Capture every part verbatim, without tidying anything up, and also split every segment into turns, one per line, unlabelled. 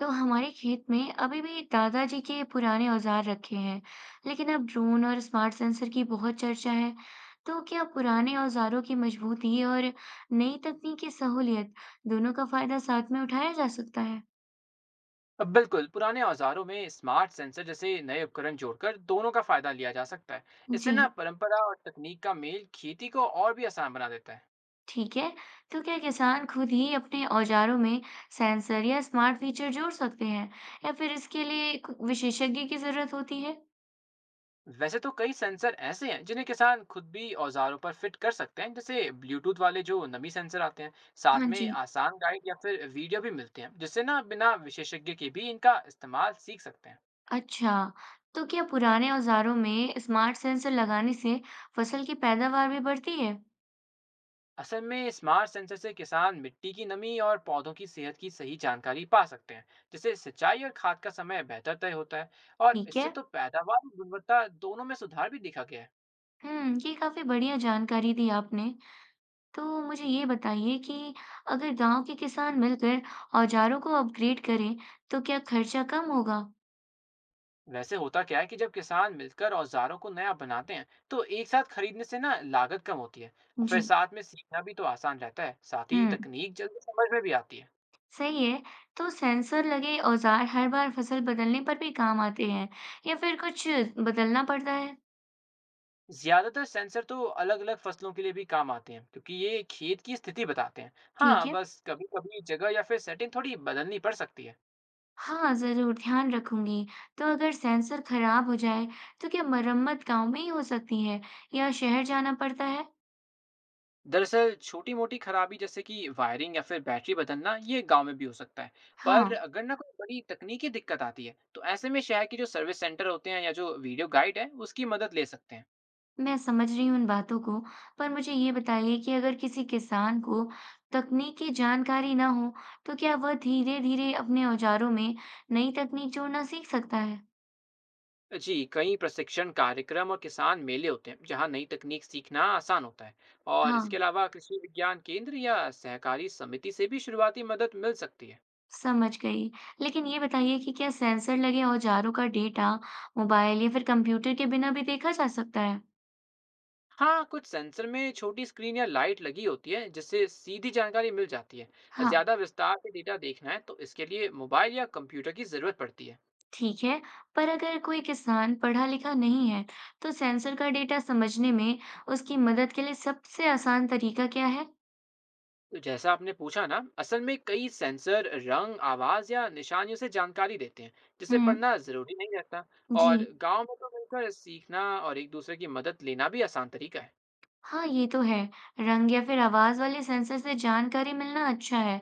तो हमारे खेत में अभी भी दादाजी के पुराने औजार रखे हैं, लेकिन अब ड्रोन और स्मार्ट सेंसर की बहुत चर्चा है। तो क्या पुराने औजारों की मजबूती और नई तकनीक की सहूलियत दोनों का फायदा साथ में उठाया जा सकता है?
अब बिल्कुल पुराने औजारों में स्मार्ट सेंसर जैसे नए उपकरण जोड़कर दोनों का फायदा लिया जा सकता है। इससे
जी,
ना परंपरा और तकनीक का मेल खेती को और भी आसान बना देता है।
ठीक है। तो क्या किसान खुद ही अपने औजारों में सेंसर या स्मार्ट फीचर जोड़ सकते हैं, या फिर इसके लिए कु- विशेषज्ञ की जरूरत होती है?
वैसे तो कई सेंसर ऐसे हैं जिन्हें किसान खुद भी औजारों पर फिट कर सकते हैं, जैसे ब्लूटूथ वाले जो नमी सेंसर आते हैं। साथ
हाँ
में
जी,
आसान गाइड या फिर वीडियो भी मिलते हैं, जिससे ना बिना विशेषज्ञ के भी इनका इस्तेमाल सीख सकते हैं।
अच्छा, तो क्या पुराने औजारों में स्मार्ट सेंसर लगाने से फसल की पैदावार भी बढ़ती है?
असल में स्मार्ट सेंसर से किसान मिट्टी की नमी और पौधों की सेहत की सही जानकारी पा सकते हैं, जिससे सिंचाई और खाद का समय बेहतर तय होता है। और
ठीक
इससे
है।
तो पैदावार और गुणवत्ता दोनों में सुधार भी देखा गया है।
हम्म, ये काफी बढ़िया जानकारी दी आपने। तो मुझे ये बताइए कि अगर गांव के किसान मिलकर औजारों को अपग्रेड करें, तो क्या खर्चा कम होगा?
वैसे होता क्या है कि जब किसान मिलकर औजारों को नया बनाते हैं, तो एक साथ खरीदने से ना लागत कम होती है। और फिर
जी।
साथ में सीखना भी तो आसान रहता है, साथ ही
हम्म,
तकनीक जल्दी समझ में भी आती है।
सही है। तो सेंसर लगे औजार हर बार फसल बदलने पर भी काम आते हैं, या फिर कुछ बदलना पड़ता है?
ज्यादातर सेंसर तो अलग अलग फसलों के लिए भी काम आते हैं, क्योंकि ये खेत की स्थिति बताते हैं।
ठीक
हाँ,
है।
बस कभी कभी जगह या फिर सेटिंग थोड़ी बदलनी पड़ सकती है।
हाँ, ज़रूर ध्यान रखूंगी। तो अगर सेंसर खराब हो जाए, तो क्या मरम्मत गांव में ही हो सकती है या शहर जाना पड़ता है?
दरअसल छोटी मोटी खराबी जैसे कि वायरिंग या फिर बैटरी बदलना ये गांव में भी हो सकता है।
हाँ,
पर अगर ना कोई बड़ी तकनीकी दिक्कत आती है, तो ऐसे में शहर के जो सर्विस सेंटर होते हैं या जो वीडियो गाइड है उसकी मदद ले सकते हैं।
मैं समझ रही हूँ इन बातों को, पर मुझे ये बताइए कि अगर किसी किसान को तकनीक की जानकारी ना हो, तो क्या वह धीरे-धीरे अपने औजारों में नई तकनीक जोड़ना सीख सकता है?
जी, कई प्रशिक्षण कार्यक्रम और किसान मेले होते हैं जहां नई तकनीक सीखना आसान होता है। और
हाँ,
इसके अलावा कृषि विज्ञान केंद्र या सहकारी समिति से भी शुरुआती मदद मिल सकती है।
समझ गई। लेकिन ये बताइए कि क्या सेंसर लगे औजारों का डेटा मोबाइल या फिर कंप्यूटर के बिना भी देखा जा सकता है?
हाँ, कुछ सेंसर में छोटी स्क्रीन या लाइट लगी होती है जिससे सीधी जानकारी मिल जाती है।
हाँ।
ज़्यादा विस्तार से डेटा देखना है तो इसके लिए मोबाइल या कंप्यूटर की ज़रूरत पड़ती है।
ठीक है। पर अगर कोई किसान पढ़ा लिखा नहीं है, तो सेंसर का डेटा समझने में उसकी मदद के लिए सबसे आसान तरीका क्या है?
तो जैसा आपने पूछा ना, असल में कई सेंसर रंग आवाज या निशानियों से जानकारी देते हैं, जिसे
हम्म,
पढ़ना जरूरी नहीं रहता।
जी।
और गांव में तो मिलकर सीखना और एक दूसरे की मदद लेना भी आसान तरीका है।
हाँ, ये तो है। रंग या फिर आवाज वाले सेंसर से जानकारी मिलना अच्छा है।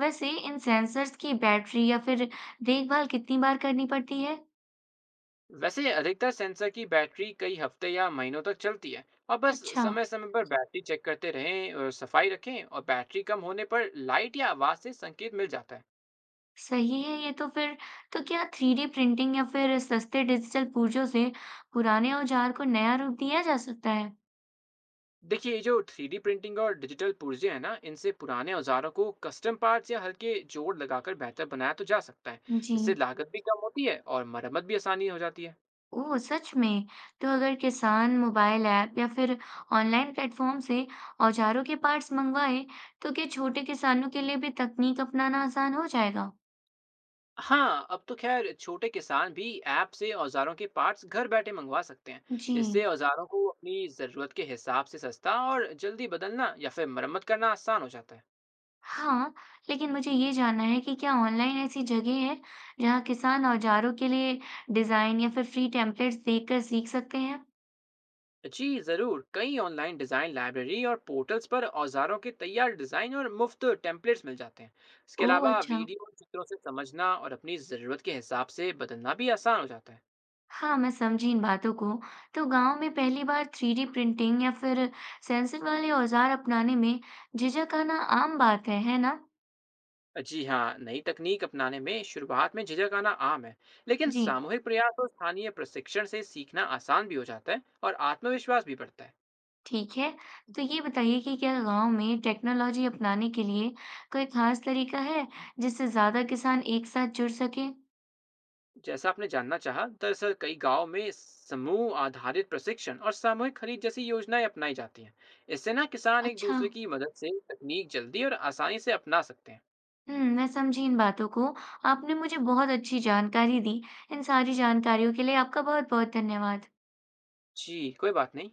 वैसे इन सेंसर्स की बैटरी या फिर देखभाल कितनी बार करनी पड़ती है?
वैसे अधिकतर सेंसर की बैटरी कई हफ्ते या महीनों तक चलती है। और बस
अच्छा,
समय समय पर बैटरी चेक करते रहें और सफाई रखें, और बैटरी कम होने पर लाइट या आवाज से संकेत मिल जाता है।
सही है ये तो। फिर तो क्या थ्री डी प्रिंटिंग या फिर सस्ते डिजिटल पुर्जों से पुराने औजार को नया रूप दिया जा सकता है?
देखिए ये जो थ्री डी प्रिंटिंग और डिजिटल पुर्जे हैं ना, इनसे पुराने औजारों को कस्टम पार्ट्स या हल्के जोड़ लगाकर बेहतर बनाया तो जा सकता है।
जी।
इससे लागत भी कम होती है और मरम्मत भी आसानी हो जाती है।
ओह! सच में? तो अगर किसान मोबाइल ऐप या फिर ऑनलाइन प्लेटफ़ॉर्म से औजारों के पार्ट्स मँगवाएँ, तो क्या छोटे किसानों के लिए भी तकनीक अपनाना आसान हो जाएगा?
हाँ, अब तो खैर छोटे किसान भी ऐप से औजारों के पार्ट्स घर बैठे मंगवा सकते हैं।
जी।
इससे औजारों को अपनी ज़रूरत के हिसाब से सस्ता और जल्दी बदलना या फिर मरम्मत करना आसान हो जाता है।
हाँ, लेकिन मुझे ये जानना है कि क्या ऑनलाइन ऐसी जगह है, जहाँ किसान औजारों के लिए डिज़ाइन या फिर फ्री टेम्पलेट्स देखकर सीख सकते हैं?
जी ज़रूर, कई ऑनलाइन डिज़ाइन लाइब्रेरी और पोर्टल्स पर औजारों के तैयार डिज़ाइन और मुफ्त टेम्पलेट्स मिल जाते हैं। इसके
ओह!
अलावा
अच्छा।
वीडियो और चित्रों से समझना और अपनी ज़रूरत के हिसाब से बदलना भी आसान हो जाता है।
हाँ, मैं समझी इन बातों को। तो गाँव में पहली बार थ्री डी प्रिंटिंग या फिर सेंसर वाले औज़ार अपनाने में झिझक आना आम बात है, है ना?
जी हाँ, नई तकनीक अपनाने में शुरुआत में झिझक आना आम है। लेकिन
जी,
सामूहिक प्रयास और स्थानीय प्रशिक्षण से सीखना आसान भी हो जाता है और आत्मविश्वास भी बढ़ता है।
ठीक है। तो ये बताइए कि क्या गाँव में टेक्नोलॉजी अपनाने के लिए कोई ख़ास तरीका है, जिससे ज़्यादा किसान एक साथ जुड़ सकें?
जैसा आपने जानना चाहा, दरअसल कई गांव में समूह आधारित प्रशिक्षण और सामूहिक खरीद जैसी योजनाएं अपनाई जाती हैं। इससे ना किसान एक
अच्छा।
दूसरे की मदद से तकनीक जल्दी और आसानी से अपना सकते हैं।
हुँ, मैं समझी इन बातों को। आपने मुझे बहुत अच्छी जानकारी दी। इन सारी जानकारियों के लिए आपका बहुत-बहुत धन्यवाद।
जी, कोई बात नहीं।